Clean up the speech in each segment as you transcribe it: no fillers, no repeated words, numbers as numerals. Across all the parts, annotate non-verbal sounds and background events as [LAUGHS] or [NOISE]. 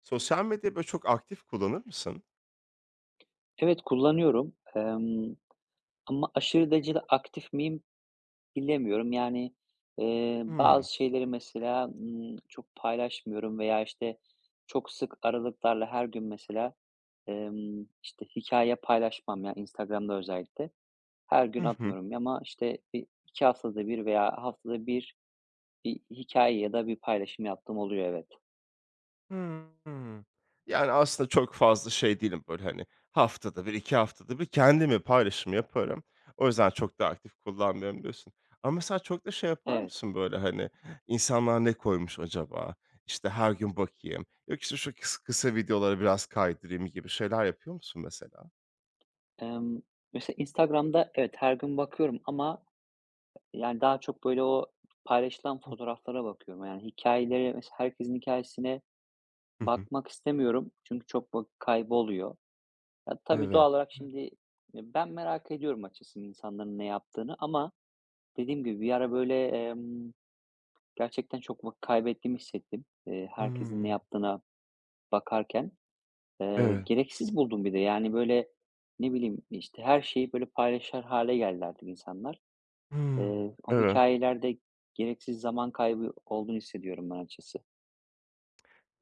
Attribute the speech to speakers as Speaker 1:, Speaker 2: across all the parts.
Speaker 1: Sosyal medyayı, böyle, çok aktif kullanır mısın?
Speaker 2: Evet, kullanıyorum, ama aşırı derecede aktif miyim bilemiyorum.
Speaker 1: Hımm.
Speaker 2: Bazı şeyleri mesela, çok paylaşmıyorum veya, çok sık aralıklarla her gün mesela, hikaye paylaşmam ya Instagram'da özellikle. Her
Speaker 1: Hı
Speaker 2: gün
Speaker 1: hı.
Speaker 2: atmıyorum ama, bir 2 haftada bir veya haftada 1 bir hikaye ya da bir paylaşım yaptığım oluyor, evet.
Speaker 1: Hımm. Yani, aslında çok fazla şey değilim, böyle, hani, haftada bir iki haftada bir kendimi paylaşımı yaparım. O yüzden çok da aktif kullanmıyorum diyorsun. Ama mesela çok da şey yapar
Speaker 2: Evet,
Speaker 1: mısın, böyle, hani, insanlar ne koymuş acaba? İşte, her gün bakayım. Yok, işte, şu kısa videoları biraz kaydırayım gibi şeyler yapıyor musun mesela?
Speaker 2: emm, mesela Instagram'da evet, her gün bakıyorum ama yani, daha çok, böyle, o paylaşılan fotoğraflara bakıyorum. Yani, hikayeleri mesela herkesin hikayesine
Speaker 1: Hı hı.
Speaker 2: bakmak istemiyorum. Çünkü çok kayboluyor. Ya, tabii
Speaker 1: Evet.
Speaker 2: doğal olarak şimdi, ben merak ediyorum açıkçası insanların ne yaptığını ama dediğim gibi bir ara, böyle, gerçekten çok vakit kaybettiğimi hissettim, herkesin ne
Speaker 1: Hımm.
Speaker 2: yaptığına bakarken.
Speaker 1: Evet.
Speaker 2: Gereksiz buldum bir de. Yani, böyle, ne bileyim, işte, her şeyi, böyle, paylaşır hale geldi artık insanlar.
Speaker 1: Hımm.
Speaker 2: O
Speaker 1: Evet.
Speaker 2: hikâyelerde gereksiz zaman kaybı olduğunu hissediyorum ben açıkçası.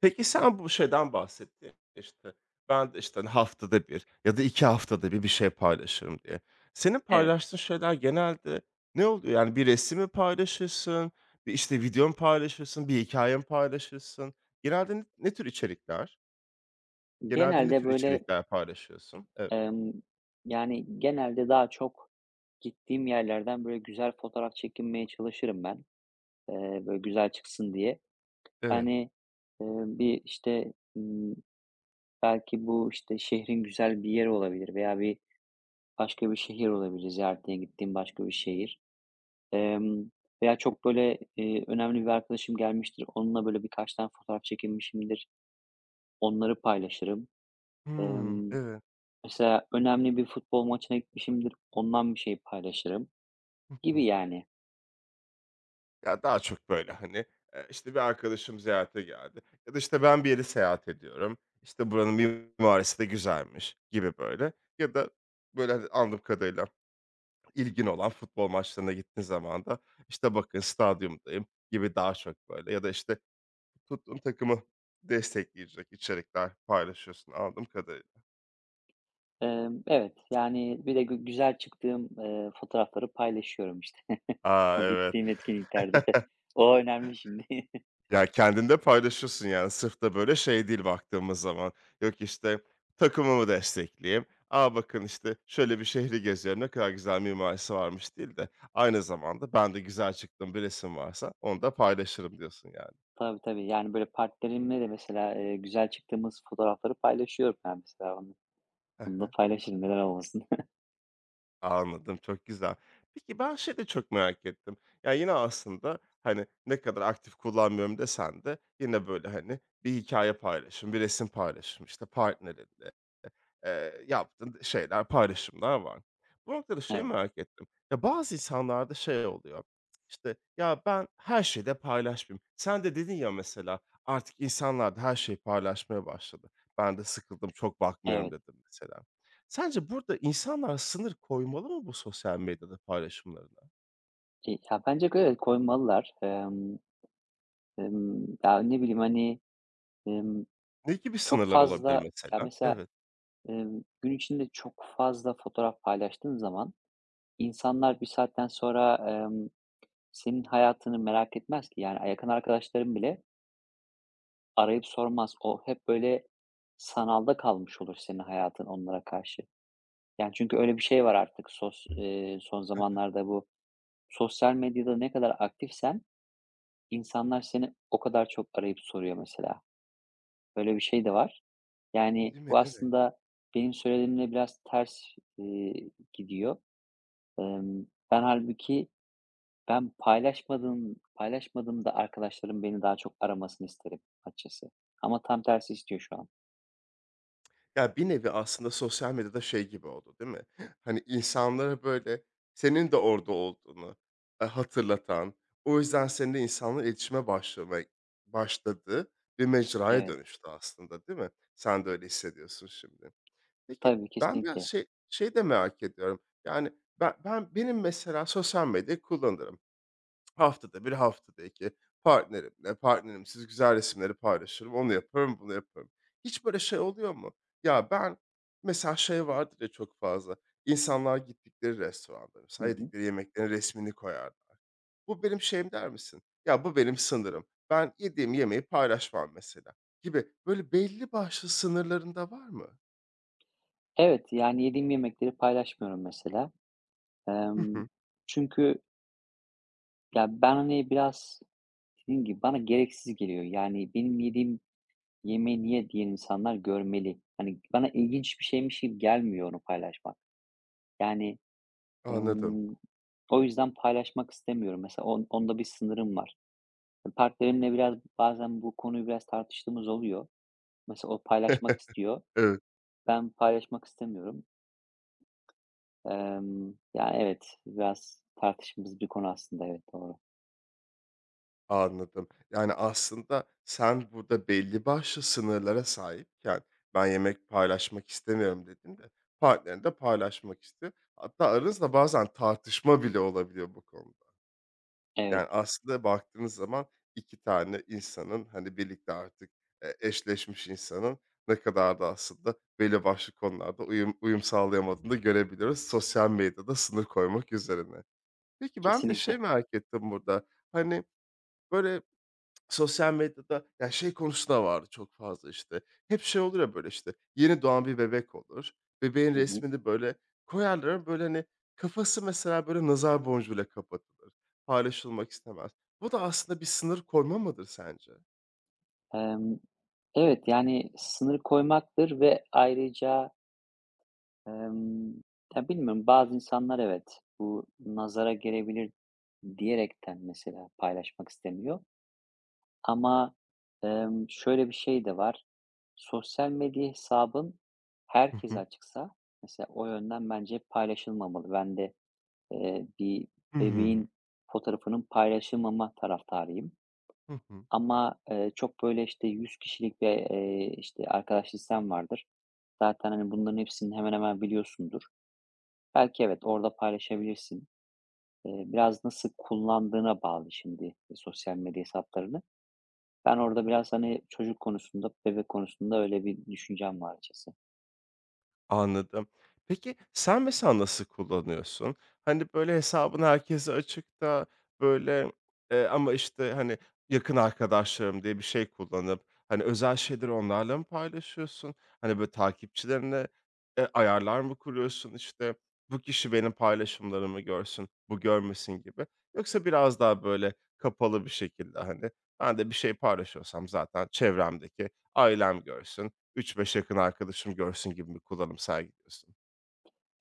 Speaker 1: Peki, sen bu şeyden bahsettin, ya, işte, ben de, işte, hani, haftada bir ya da 2 haftada bir şey paylaşırım diye. Senin
Speaker 2: Evet.
Speaker 1: paylaştığın şeyler genelde ne oluyor? Yani bir resim mi paylaşırsın, bir, işte, video paylaşırsın, bir hikâye paylaşırsın? Genelde ne tür içerikler? Genelde ne
Speaker 2: Genelde,
Speaker 1: tür
Speaker 2: böyle,
Speaker 1: içerikler paylaşıyorsun? Evet.
Speaker 2: emm, yani, genelde daha çok gittiğim yerlerden, böyle, güzel fotoğraf çekinmeye çalışırım ben, böyle, güzel çıksın diye.
Speaker 1: Evet.
Speaker 2: Hani, bir, belki bu, işte, şehrin güzel bir yeri olabilir veya başka bir şehir olabilir, ziyaretine gittiğim başka bir şehir. Emm, Veya çok, böyle, önemli bir arkadaşım gelmiştir, onunla, böyle, birkaç tane fotoğraf çekinmişimdir. Onları paylaşırım.
Speaker 1: Hımm,
Speaker 2: Emm,
Speaker 1: evet.
Speaker 2: Mesela önemli bir futbol maçına gitmişimdir, ondan bir şey paylaşırım gibi
Speaker 1: [LAUGHS]
Speaker 2: yani.
Speaker 1: Ya, daha çok böyle, hani, işte, bir arkadaşım ziyarete geldi ya da, işte, ben bir yeri seyahat ediyorum. İşte, buranın mimarisi de güzelmiş gibi böyle ya da böyle, hani, anladığım kadarıyla ilgin olan futbol maçlarına gittiğin zaman da, işte, bakın stadyumdayım gibi daha çok böyle ya da, işte, tuttuğun takımı destekleyecek içerikler paylaşıyorsun anladığım kadarıyla.
Speaker 2: Evet, yani bir de güzel çıktığım, fotoğrafları paylaşıyorum işte [LAUGHS]
Speaker 1: Aa,
Speaker 2: o
Speaker 1: evet.
Speaker 2: gittiğim etkinliklerde. [LAUGHS]
Speaker 1: [LAUGHS]
Speaker 2: O önemli şimdi. [LAUGHS]
Speaker 1: Ya, kendinde paylaşırsın, yani, sırf da, böyle, şey değil baktığımız zaman, yok, işte, takımımı destekleyeyim, a, bakın, işte, şöyle bir şehri geziyorum, ne kadar güzel mimarisi varmış değil de aynı zamanda ben de güzel çıktım bir resim varsa onu da paylaşırım diyorsun, yani.
Speaker 2: Tabii, tabii. Yani böyle partnerimle de mesela, güzel çıktığımız fotoğrafları paylaşıyorum ben mesela onu. Onu da
Speaker 1: Hı.
Speaker 2: paylaşırım, neden olmasın. [LAUGHS]
Speaker 1: Anladım, çok güzel. Peki, ben şeyi de çok merak ettim. Yani yine aslında, hani, ne kadar aktif kullanmıyorum desen de yine, böyle, hani, bir hikaye paylaşım, bir resim paylaşım, işte, partnerinle. Yaptığın şeyler, paylaşımlar var. Bu noktada şey
Speaker 2: Evet,
Speaker 1: merak ettim. Ya, bazı insanlarda şey oluyor, İşte "Ya, ben her şeyi de paylaşmayayım." Sen de dedin ya mesela, "Artık insanlar da her şeyi paylaşmaya başladı. Ben de sıkıldım, çok bakmıyorum."
Speaker 2: evet.
Speaker 1: dedim mesela. Sence burada insanlar sınır koymalı mı bu sosyal medyada paylaşımlarına?
Speaker 2: Ya, bence evet koymalılar. Ya, ne bileyim, hani, emm
Speaker 1: Ne gibi
Speaker 2: çok
Speaker 1: sınırlar olabilir
Speaker 2: fazla ya,
Speaker 1: mesela?
Speaker 2: mesela,
Speaker 1: Evet.
Speaker 2: gün içinde çok fazla fotoğraf paylaştığın zaman insanlar bir saatten sonra, senin hayatını merak etmez ki. Yani, yakın arkadaşların bile arayıp sormaz. O hep böyle sanalda kalmış olur senin hayatın onlara karşı. Yani, çünkü öyle bir şey var artık sos son zamanlarda bu sosyal medyada ne kadar aktifsen insanlar seni o kadar çok arayıp soruyor mesela. Böyle bir şey de var. Yani,
Speaker 1: Değil mi?
Speaker 2: bu
Speaker 1: Evet.
Speaker 2: aslında benim söylediğimle biraz ters, gidiyor. Ben halbuki ben paylaşmadığım paylaşmadığımda arkadaşlarım beni daha çok aramasını isterim açıkçası ama tam tersi istiyor şu an.
Speaker 1: Ya, bir nevi aslında sosyal medyada şey gibi oldu, değil mi? [LAUGHS] Hani, insanlara, böyle, senin de orada olduğunu, hatırlatan, o yüzden seninle insanların iletişime başlamaya başladığı bir mecraya
Speaker 2: Evet.
Speaker 1: dönüştü aslında, değil mi? Sen de öyle hissediyorsun şimdi. Peki,
Speaker 2: Tabii,
Speaker 1: ben biraz
Speaker 2: kesinlikle.
Speaker 1: şey şey de merak ediyorum. Yani, benim mesela sosyal medyayı kullanırım. Haftada bir haftada 2 partnerimle, partnerimsiz güzel resimleri paylaşırım. Onu yaparım, bunu yaparım. Hiç böyle şey oluyor mu? Ya, ben mesela şey vardır ya çok fazla, insanlar gittikleri restoranda
Speaker 2: Hı
Speaker 1: mesela
Speaker 2: hı.
Speaker 1: yedikleri yemeklerin resmini koyarlar. Bu benim şeyim der misin? Ya, bu benim sınırım. Ben yediğim yemeği paylaşmam mesela gibi. Böyle belli başlı sınırlarında var mı?
Speaker 2: Evet, yani, yediğim yemekleri paylaşmıyorum mesela.
Speaker 1: Hı
Speaker 2: Emm,
Speaker 1: hı.
Speaker 2: Çünkü ya, ben, hani, biraz dediğim gibi bana gereksiz geliyor. Yani benim yediğim yemeği niye diyen insanlar görmeli. Hani bana ilginç bir şeymiş gibi gelmiyor onu paylaşmak. Yani,
Speaker 1: Anladım.
Speaker 2: emm, o yüzden paylaşmak istemiyorum. Mesela onda bir sınırım var. Hani partnerimle biraz bazen bu konuyu biraz tartıştığımız oluyor. Mesela o paylaşmak
Speaker 1: [LAUGHS]
Speaker 2: istiyor.
Speaker 1: Evet.
Speaker 2: Ben paylaşmak istemiyorum. Ya, evet, biraz tartışmamız bir konu aslında. Evet, doğru.
Speaker 1: Anladım. Yani, aslında sen burada belli başlı sınırlara sahipken, "Ben yemek paylaşmak istemiyorum." dedin de partnerin de paylaşmak istiyor. Hatta aranızda bazen tartışma bile olabiliyor bu konuda. Yani,
Speaker 2: Evet,
Speaker 1: aslında baktığınız zaman 2 tane insanın, hani, birlikte artık, eşleşmiş insanın ne kadar da aslında belli başlı konularda uyum sağlayamadığını da görebiliyoruz sosyal medyada sınır koymak üzerine. Peki, ben bir de şey
Speaker 2: kesinlikle.
Speaker 1: merak ettim burada, hani, böyle. Sosyal medyada ya, şey konusu da vardı çok fazla, işte. Hep şey olur ya, böyle, işte, yeni doğan bir bebek olur. Bebeğin
Speaker 2: Hı hı.
Speaker 1: resmini, böyle, koyarlar ama, böyle, hani, kafası mesela, böyle, nazar boncuğuyla kapatılır. Paylaşılmak istemez. Bu da aslında bir sınır koyma mıdır sence?
Speaker 2: Emm, evet, yani, sınır koymaktır ve ayrıca, emm, ya, bilmiyorum, bazı insanlar evet, bu nazara gelebilir diyerekten mesela paylaşmak istemiyor ama, şöyle bir şey de var. Sosyal medya hesabın
Speaker 1: Hı
Speaker 2: herkese
Speaker 1: hı.
Speaker 2: açıksa mesela o yönden bence paylaşılmamalı. Ben de, bir
Speaker 1: Hımm.
Speaker 2: bebeğin fotoğrafının paylaşılmama taraftarıyım.
Speaker 1: Hı hı. hı.
Speaker 2: Ama, çok böyle, işte, 100 kişilik bir, arkadaş listem vardır. Zaten, hani, bunların hepsini hemen hemen biliyorsundur. Belki evet, orada paylaşabilirsin. Biraz nasıl kullandığına bağlı şimdi sosyal medya hesaplarını. Ben orada biraz, hani, çocuk konusunda, bebek konusunda öyle bir düşüncem var açıkçası.
Speaker 1: Anladım. Peki, sen mesela nasıl kullanıyorsun? Hani, böyle, hesabın herkese açık da, böyle, ama, işte, hani, yakın arkadaşlarım diye bir şey kullanıp, hani, özel şeyleri onlarla mı paylaşıyorsun? Hani, böyle, takipçilerine, ayarlar mı kuruyorsun? İşte, bu kişi benim paylaşımlarımı görsün, bu görmesin gibi. Yoksa biraz daha, böyle, kapalı bir şekilde, hani, ben de bir şey paylaşıyorsam zaten çevremdeki ailem görsün. Üç beş yakın arkadaşım görsün gibi bir kullanım sergiliyorsun.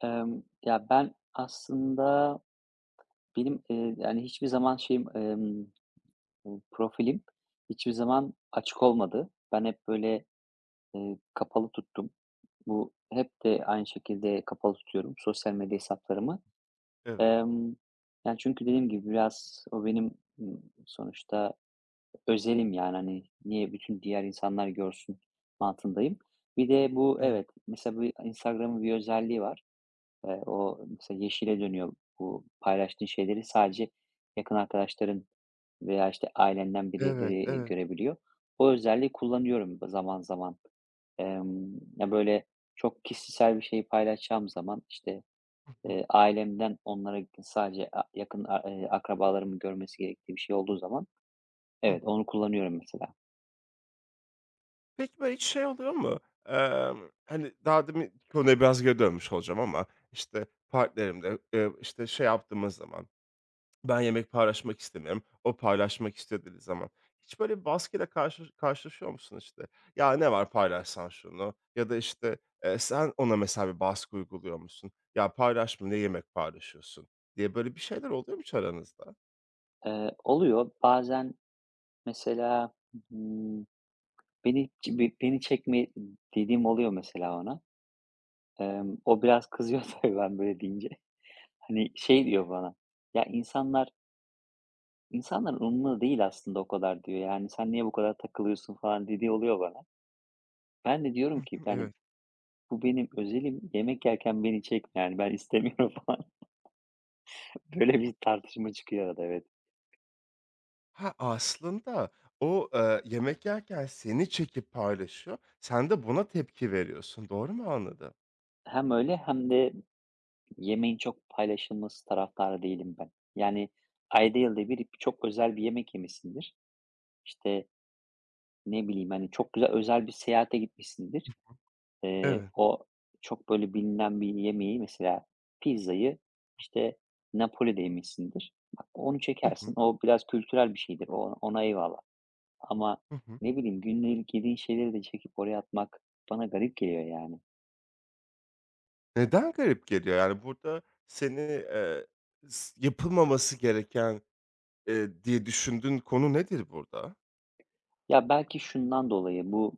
Speaker 2: Ya, ben aslında yani, hiçbir zaman profilim hiçbir zaman açık olmadı. Ben hep böyle, kapalı tuttum. Bu hep de aynı şekilde kapalı tutuyorum sosyal medya hesaplarımı.
Speaker 1: Evet,
Speaker 2: Emm, Yani, çünkü dediğim gibi biraz o benim, sonuçta özelim, yani, hani, niye bütün diğer insanlar görsün mantığındayım. Bir de bu
Speaker 1: evet,
Speaker 2: evet, mesela bir Instagram'ın bir özelliği var. O mesela yeşile dönüyor bu paylaştığın şeyleri sadece yakın arkadaşların veya, işte, ailenden
Speaker 1: evet,
Speaker 2: birileri,
Speaker 1: evet.
Speaker 2: görebiliyor. O özelliği kullanıyorum zaman zaman. Ya, böyle, çok kişisel bir şeyi paylaşacağım zaman, işte,
Speaker 1: Hı hı,
Speaker 2: ailemden onlara sadece yakın a akrabalarımın görmesi gerektiği bir şey olduğu zaman
Speaker 1: hı
Speaker 2: evet,
Speaker 1: hı.
Speaker 2: onu kullanıyorum mesela.
Speaker 1: Peki, böyle hiç şey oluyor mu? Hani, daha demin konuya biraz geri dönmüş olacağım ama, işte, partnerimle, işte, şey yaptığımız zaman, ben yemek paylaşmak istemiyorum, o paylaşmak istiyor dediği zaman. Hiç böyle bir baskıyla karşı karşılaşıyor musun işte? "Ya, ne var paylaşsan şunu." ya da, işte, sen ona mesela bir baskı uyguluyor musun? "Ya, paylaşma, ne yemek paylaşıyorsun?" diye böyle bir şeyler oluyor mu hiç aranızda?
Speaker 2: Oluyor. Bazen mesela, ımm beni çekme dediğim oluyor mesela ona. O biraz kızıyor [LAUGHS] tabii ben böyle deyince. Hani, şey diyor bana, "Ya, insanların umurunda değil aslında o kadar." diyor. "Yani, sen niye bu kadar takılıyorsun?" falan dediği oluyor bana. Ben de diyorum ki, yani,
Speaker 1: Evet.
Speaker 2: "Bu benim özelim, yemek yerken beni çekme, yani, ben istemiyorum." [LAUGHS] falan. Böyle bir tartışma çıkıyor arada, evet.
Speaker 1: Ha, aslında o, yemek yerken seni çekip paylaşıyor, sen de buna tepki veriyorsun. Doğru mu anladım?
Speaker 2: Hem öyle hem de yemeğin çok paylaşılması taraftarı değilim ben. Yani, ayda yılda bir çok özel bir yemek yemişsindir. İşte, ne bileyim, hani, çok güzel özel bir seyahate gitmişsindir.
Speaker 1: Evet.
Speaker 2: O çok böyle bilinen bir yemeği mesela pizzayı, işte, Napoli'de yemişsindir. Bak, onu
Speaker 1: Hı
Speaker 2: çekersin.
Speaker 1: hı.
Speaker 2: O biraz kültürel bir şeydir. O ona eyvallah. Ama
Speaker 1: Hı hı.
Speaker 2: ne bileyim, gündelik yediğin şeyleri de çekip oraya atmak bana garip geliyor yani.
Speaker 1: Neden garip geliyor? Yani, burada seni, s yapılmaması gereken, diye düşündüğün konu nedir burada?
Speaker 2: Ya, belki şundan dolayı bu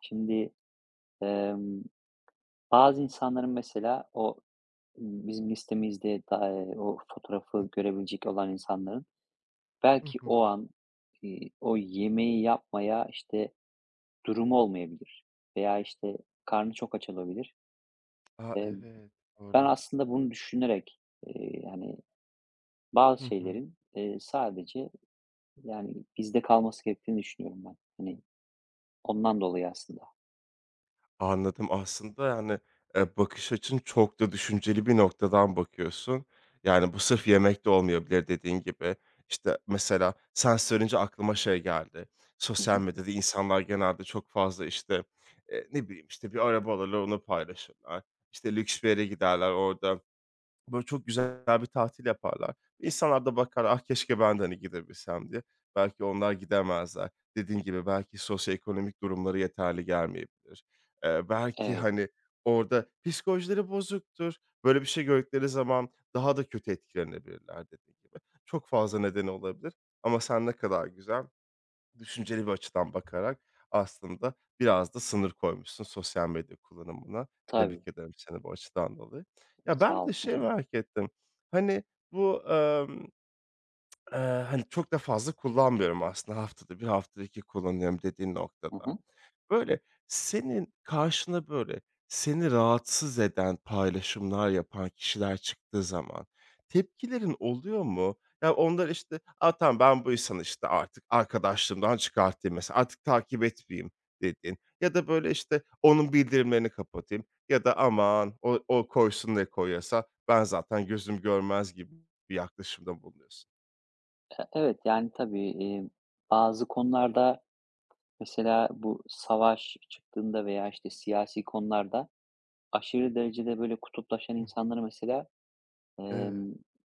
Speaker 2: şimdi, emm, bazı insanların mesela o bizim listemizde da o fotoğrafı görebilecek olan insanların
Speaker 1: Hı
Speaker 2: belki
Speaker 1: hı.
Speaker 2: o an, o yemeği yapmaya, işte, durumu olmayabilir veya, işte, karnı çok aç olabilir.
Speaker 1: A,
Speaker 2: Eee,
Speaker 1: evet,
Speaker 2: Ben
Speaker 1: doğru.
Speaker 2: aslında bunu düşünerek, hani,
Speaker 1: Hı
Speaker 2: bazı
Speaker 1: hı.
Speaker 2: şeylerin, sadece, yani, bizde kalması gerektiğini düşünüyorum ben. Hani, ondan dolayı aslında.
Speaker 1: Anladım. Aslında, yani, bakış açın çok da düşünceli bir noktadan bakıyorsun. Yani, bu sırf yemek de olmayabilir dediğin gibi. İşte, mesela sen söyleyince aklıma şey geldi.
Speaker 2: Hı
Speaker 1: Sosyal
Speaker 2: hı.
Speaker 1: medyada insanlar genelde çok fazla, işte, ne bileyim, işte, bir araba alırlar, onu paylaşırlar. İşte, lüks bir yere giderler, orada böyle çok güzel bir tatil yaparlar. İnsanlar da bakar, "Ah, keşke ben de, hani, gidebilsem." diye. Belki onlar gidemezler. Dediğin gibi belki sosyoekonomik durumları yeterli gelmeyebilir. Belki,
Speaker 2: Evet,
Speaker 1: hani, orada psikolojileri bozuktur. Böyle bir şey gördükleri zaman daha da kötü etkilenebilirler dediğin gibi. Çok fazla nedeni olabilir ama sen ne kadar güzel düşünceli bir açıdan bakarak aslında biraz da sınır koymuşsun sosyal medya kullanımına. Tebrik
Speaker 2: tabii.
Speaker 1: ederim seni bu açıdan dolayı. Ya, ben
Speaker 2: Sağ
Speaker 1: bir de
Speaker 2: ol. Hı
Speaker 1: şey
Speaker 2: hı.
Speaker 1: merak ettim. Hani, bu, eee, hani, çok da fazla kullanmıyorum aslında haftada bir haftada 2 kullanıyorum dediğin
Speaker 2: Hı
Speaker 1: noktadan.
Speaker 2: hı.
Speaker 1: Böyle, senin karşına, böyle, seni rahatsız eden paylaşımlar yapan kişiler çıktığı zaman tepkilerin oluyor mu? Ya, onlar, işte, "A, tamam, ben bu insanı, işte, artık arkadaşlığımdan çıkartayım." mesela, "Artık takip etmeyeyim." dediğin ya da, böyle, işte, "Onun bildirimlerini kapatayım." ya da "Aman, o koysun ne koyuyorsa, ben zaten gözüm görmez." gibi bir yaklaşımda bulunuyorsun?
Speaker 2: Evet, yani, tabii, bazı konularda mesela bu savaş çıktığında veya, işte, siyasi konularda aşırı derecede böyle kutuplaşan
Speaker 1: Hı hı.
Speaker 2: insanları mesela,
Speaker 1: Evet.
Speaker 2: emm,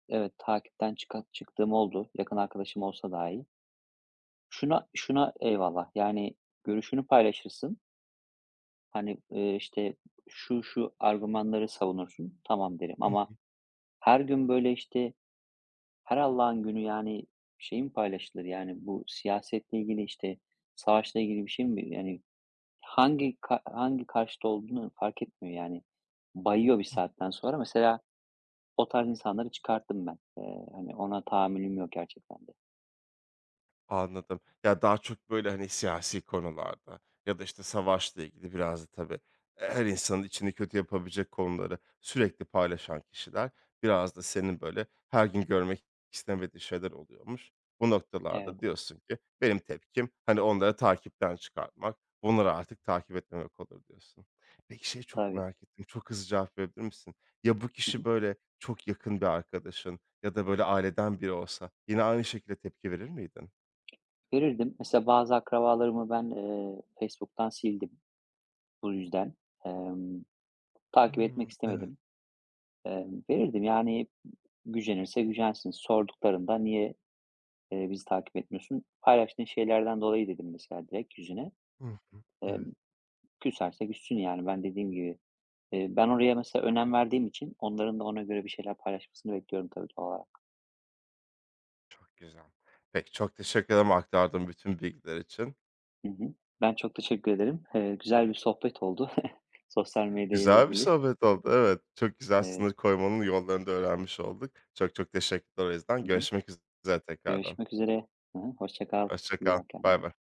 Speaker 2: evet, takipten çıktığım oldu, yakın arkadaşım olsa dahi. Şuna şuna eyvallah, yani görüşünü paylaşırsın. Hani, şu şu argümanları savunursun, tamam derim
Speaker 1: Hı
Speaker 2: ama
Speaker 1: hı.
Speaker 2: her gün böyle, işte, her Allah'ın günü yani şey mi paylaşılır, yani bu siyasetle ilgili, işte, savaşla ilgili bir şey mi? Yani hangi karşıt olduğunu fark etmiyor yani. Bayıyor bir saatten sonra. Mesela o tarz insanları çıkarttım ben. Hani, ona tahammülüm yok gerçekten de.
Speaker 1: Anladım. Ya, daha çok, böyle, hani, siyasi konularda ya da, işte, savaşla ilgili biraz da tabii, e, her insanın içini kötü yapabilecek konuları sürekli paylaşan kişiler biraz da senin, böyle, her gün görmek istemediği şeyler oluyormuş. Bu noktalarda
Speaker 2: Evet,
Speaker 1: diyorsun ki benim tepkim, hani, onları takipten çıkartmak, bunları artık takip etmemek olur diyorsun. Peki, şey çok
Speaker 2: tabii.
Speaker 1: merak ettim, çok hızlı cevap verebilir misin? Ya, bu
Speaker 2: Hı
Speaker 1: kişi,
Speaker 2: hı.
Speaker 1: böyle, çok yakın bir arkadaşın ya da, böyle, aileden biri olsa yine aynı şekilde tepki verir miydin?
Speaker 2: Verirdim. Mesela bazı akrabalarımı ben, Facebook'tan sildim bu yüzden. Emm, Takip etmek
Speaker 1: Hımm, evet.
Speaker 2: istemedim. Verirdim, yani, gücenirse gücensin. Sorduklarında "Niye, bizi takip etmiyorsun?" "Paylaştığın şeylerden dolayı." dedim mesela direkt yüzüne.
Speaker 1: Hı hı.
Speaker 2: Emm,
Speaker 1: Evet,
Speaker 2: Küserse küssün, yani, ben dediğim gibi. Ben oraya mesela önem verdiğim için onların da ona göre bir şeyler paylaşmasını bekliyorum tabii doğal olarak.
Speaker 1: çok güzel. Peki, çok teşekkür ederim aktardığın bütün bilgiler için.
Speaker 2: Hı hı. Ben çok teşekkür ederim. Güzel bir sohbet oldu. [LAUGHS] Sosyal medya ile
Speaker 1: Güzel bir
Speaker 2: ilgili.
Speaker 1: sohbet oldu. Evet, çok güzel
Speaker 2: Evet.
Speaker 1: sınır koymanın yollarını da öğrenmiş olduk. Çok çok teşekkürler o yüzden.
Speaker 2: Hı hı.
Speaker 1: Görüşmek üzere tekrardan.
Speaker 2: Görüşmek üzere. Hı hı. Hoşça kal.
Speaker 1: Hoşça
Speaker 2: İyi
Speaker 1: kal.
Speaker 2: bak kendine.
Speaker 1: Baybay.